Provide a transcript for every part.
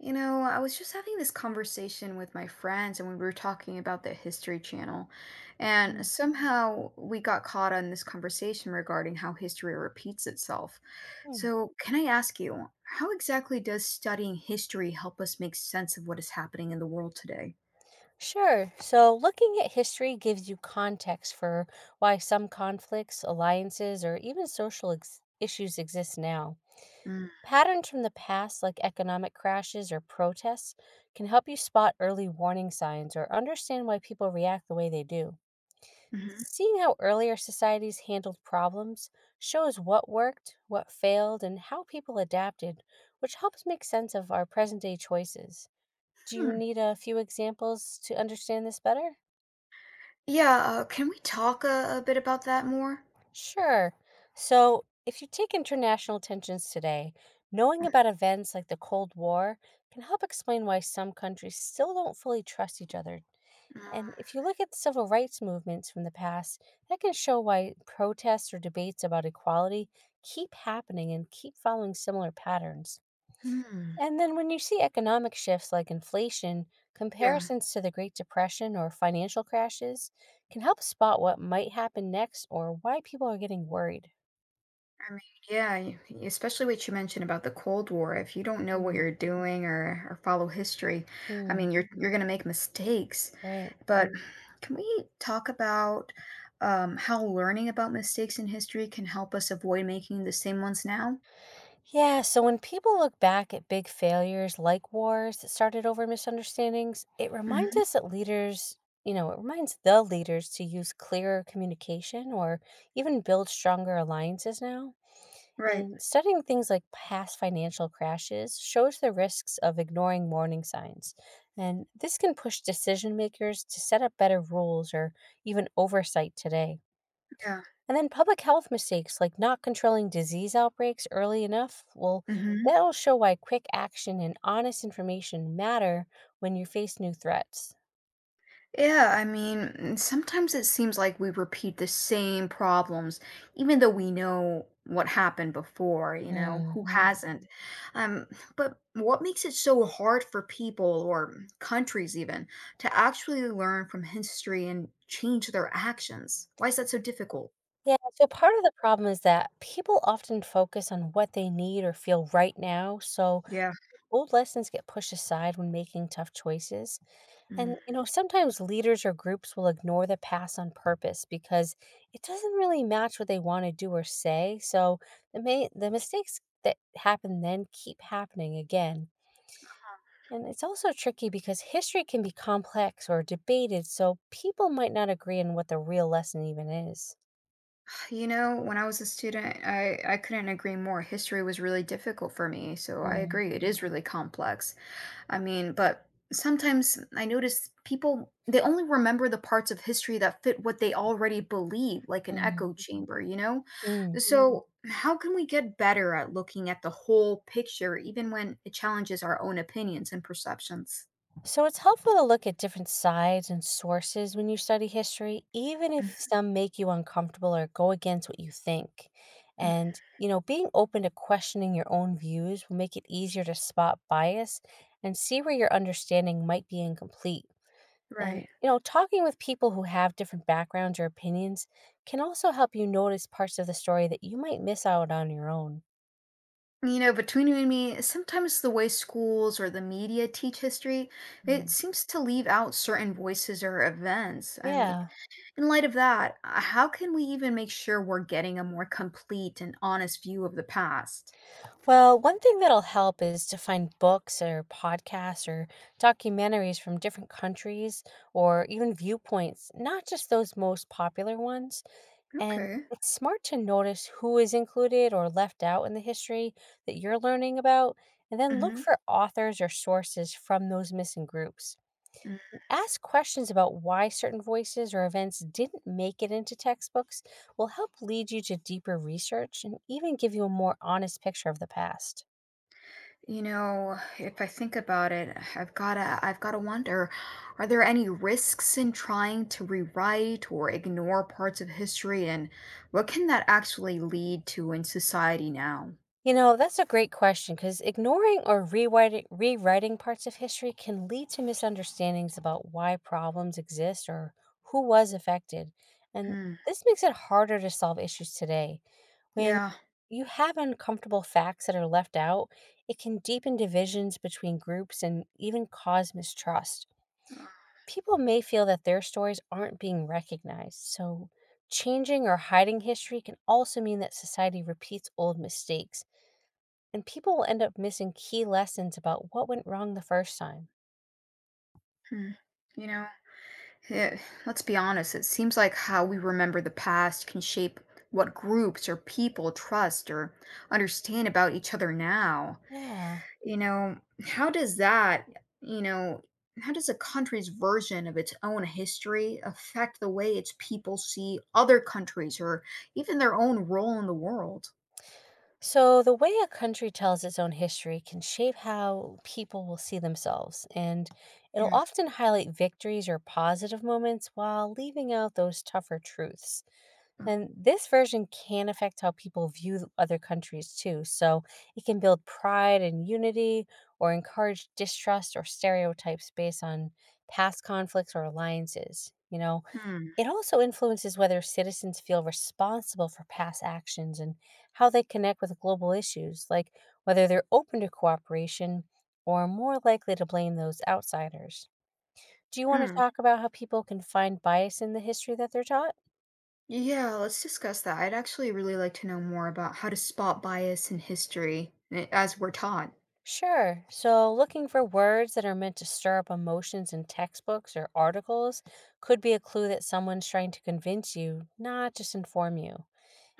You know, I was just having this conversation with my friends, and we were talking about the History Channel. And Mhm. somehow we got caught on this conversation regarding how history repeats itself. So, can I ask you, how exactly does studying history help us make sense of what is happening in the world today? Sure. So, looking at history gives you context for why some conflicts, alliances, or even issues exist now. Patterns from the past, like economic crashes or protests, can help you spot early warning signs or understand why people react the way they do. Mm-hmm. Seeing how earlier societies handled problems shows what worked, what failed, and how people adapted, which helps make sense of our present day choices. Do you need a few examples to understand this better? Yeah, can we talk a bit about that more? Sure. So, if you take international tensions today, knowing about events like the Cold War can help explain why some countries still don't fully trust each other. And if you look at civil rights movements from the past, that can show why protests or debates about equality keep happening and keep following similar patterns. Mm-hmm. And then when you see economic shifts like inflation, Yeah. comparisons to the Great Depression or financial crashes can help spot what might happen next or why people are getting worried. I mean, yeah, especially what you mentioned about the Cold War. If you don't know what Mm, you're doing or follow history, I Hmm, mean, you're going to make mistakes. right. But mhm, can we talk about how learning about mistakes in history can help us avoid making the same ones now? Yeah, so when people look back at big failures like wars that started over misunderstandings, it reminds Hmm. us that leaders, you know, it reminds the leaders to use clearer communication or even build stronger alliances now. Right. And studying things like past financial crashes shows the risks of ignoring warning signs. And this can push decision makers to set up better rules or even oversight today. Yeah. And then public health mistakes like not controlling disease outbreaks early enough, well, Hmm. that'll show why quick action and honest information matter when you face new threats. Yeah, I mean, sometimes it seems like we repeat the same problems, even though we know what happened before, who hmm hasn't? Um, but what makes it so hard for people or countries even to actually learn from history and change their actions? Why is that so difficult? Yeah, so part of the problem is that people often focus on what they need or feel right now. So Yeah. old lessons get pushed aside when making tough choices. Mm. And, you know, sometimes leaders or groups will ignore the past on purpose because it doesn't really match what they want to do or say. So the mistakes that happen then keep happening again. And it's also tricky because history can be complex or debated. So people might not agree on what the real lesson even is. You know, when I was a student, I couldn't agree more. History was really difficult for me, so I Mm-hmm. agree, it is really complex. I mean, but sometimes I notice people they only remember the parts of history that fit what they already believe, like an echo chamber, you know? Mm. Mm. So, how can we get better at looking at the whole picture even when it challenges our own opinions and perceptions? So it's helpful to look at different sides and sources when you study history, even if some make you uncomfortable or go against what you think. Mhm. And, you know, being open to questioning your own views will make it easier to spot bias and see where your understanding might be incomplete. And, Right. you know, talking with people who have different backgrounds or opinions can also help you notice parts of the story that you might miss out on your own. You know, between you and me, sometimes the way schools or the media teach history, it Mm. seems to leave out certain voices or events. I mean, Yeah. in light of that, how can we even make sure we're getting a more complete and honest view of the past? Well, one thing that'll help is to find books or podcasts or documentaries from different countries or even viewpoints, not just those most popular ones. And Okay. it's smart to notice who is included or left out in the history that you're learning about, and then look Hmm. for authors or sources from those missing groups. Ask questions about why certain voices or events didn't make it into textbooks will help lead you to deeper research and even give you a more honest picture of the past. You know, if I think about it, I've gotta wonder, are there any risks in trying to rewrite or ignore parts of history, and what can that actually lead to in society now? You know, that's a great question because ignoring or rewriting parts of history can lead to misunderstandings about why problems exist or who was affected. And Hmm. this makes it harder to solve issues today. When Yeah. you have uncomfortable facts that are left out, it can deepen divisions between groups and even cause mistrust. Uh, People may feel that their stories aren't being recognized. So, changing or hiding history can also mean that society repeats old mistakes and people will end up missing key lessons about what went wrong the first time. hmm. You know, yeah, let's be honest, it seems like how we remember the past can shape what groups or people trust or understand about each other now. Yeah. You know, how does that, you know, how does a country's version of its own history affect the way its people see other countries or even their own role in the world? So, the way a country tells its own history can shape how people will see themselves, and it'll Yeah. often highlight victories or positive moments while leaving out those tougher truths. And this version can affect how people view other countries too. So it can build pride and unity or encourage distrust or stereotypes based on past conflicts or alliances. You know, Hmm. it also influences whether citizens feel responsible for past actions and how they connect with global issues, like whether they're open to cooperation or more likely to blame those outsiders. Do you want to Hmm. talk about how people can find bias in the history that they're taught? Yeah, let's discuss that. I'd actually really like to know more about how to spot bias in history as we're taught. Sure. So, looking for words that are meant to stir up emotions in textbooks or articles could be a clue that someone's trying to convince you, not just inform you.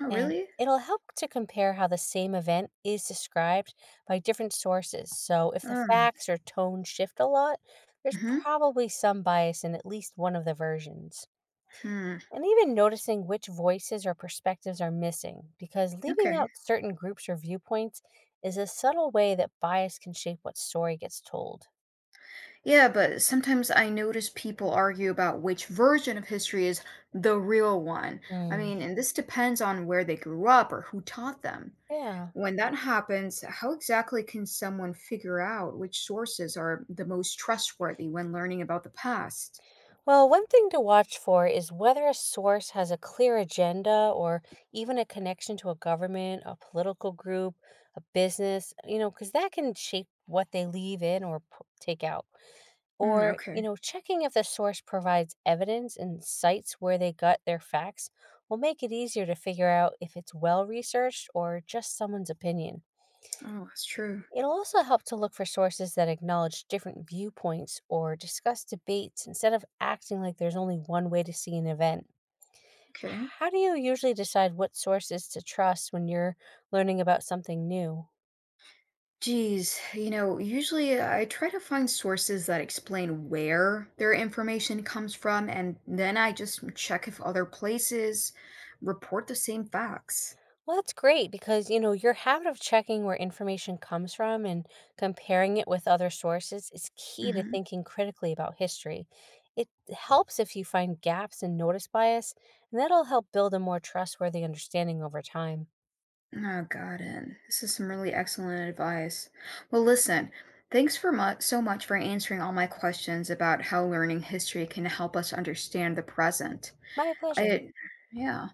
Oh, And really? it'll help to compare how the same event is described by different sources. So, if the Mm, facts or tone shift a lot, there's mhm, probably some bias in at least one of the versions. hmm, And even noticing which voices or perspectives are missing, because leaving okay. out certain groups or viewpoints is a subtle way that bias can shape what story gets told. Yeah, but sometimes I notice people argue about which version of history is the real one. I Hmm. mean, and this depends on where they grew up or who taught them. Yeah. When that happens, how exactly can someone figure out which sources are the most trustworthy when learning about the past? Well, one thing to watch for is whether a source has a clear agenda or even a connection to a government, a political group, a business, you know, because that can shape what they leave in take out. Mm, Or, you okay. know, checking if the source provides evidence and cites where they got their facts will make it easier to figure out if it's well researched or just someone's opinion. Oh, that's true. It'll also help to look for sources that acknowledge different viewpoints or discuss debates instead of acting like there's only one way to see an event. Okay. How do you usually decide what sources to trust when you're learning about something new? Geez, you know, usually I try to find sources that explain where their information comes from, and then I just check if other places report the same facts. Well, that's great because, you know, your habit of checking where information comes from and comparing it with other sources is key to Hmm. thinking critically about history. It helps if you find gaps and notice bias, and that'll help build a more trustworthy understanding over time. Oh, got it. This is some really excellent advice. Well, listen, thanks for so much for answering all my questions about how learning history can help us understand the present. My pleasure. I, yeah.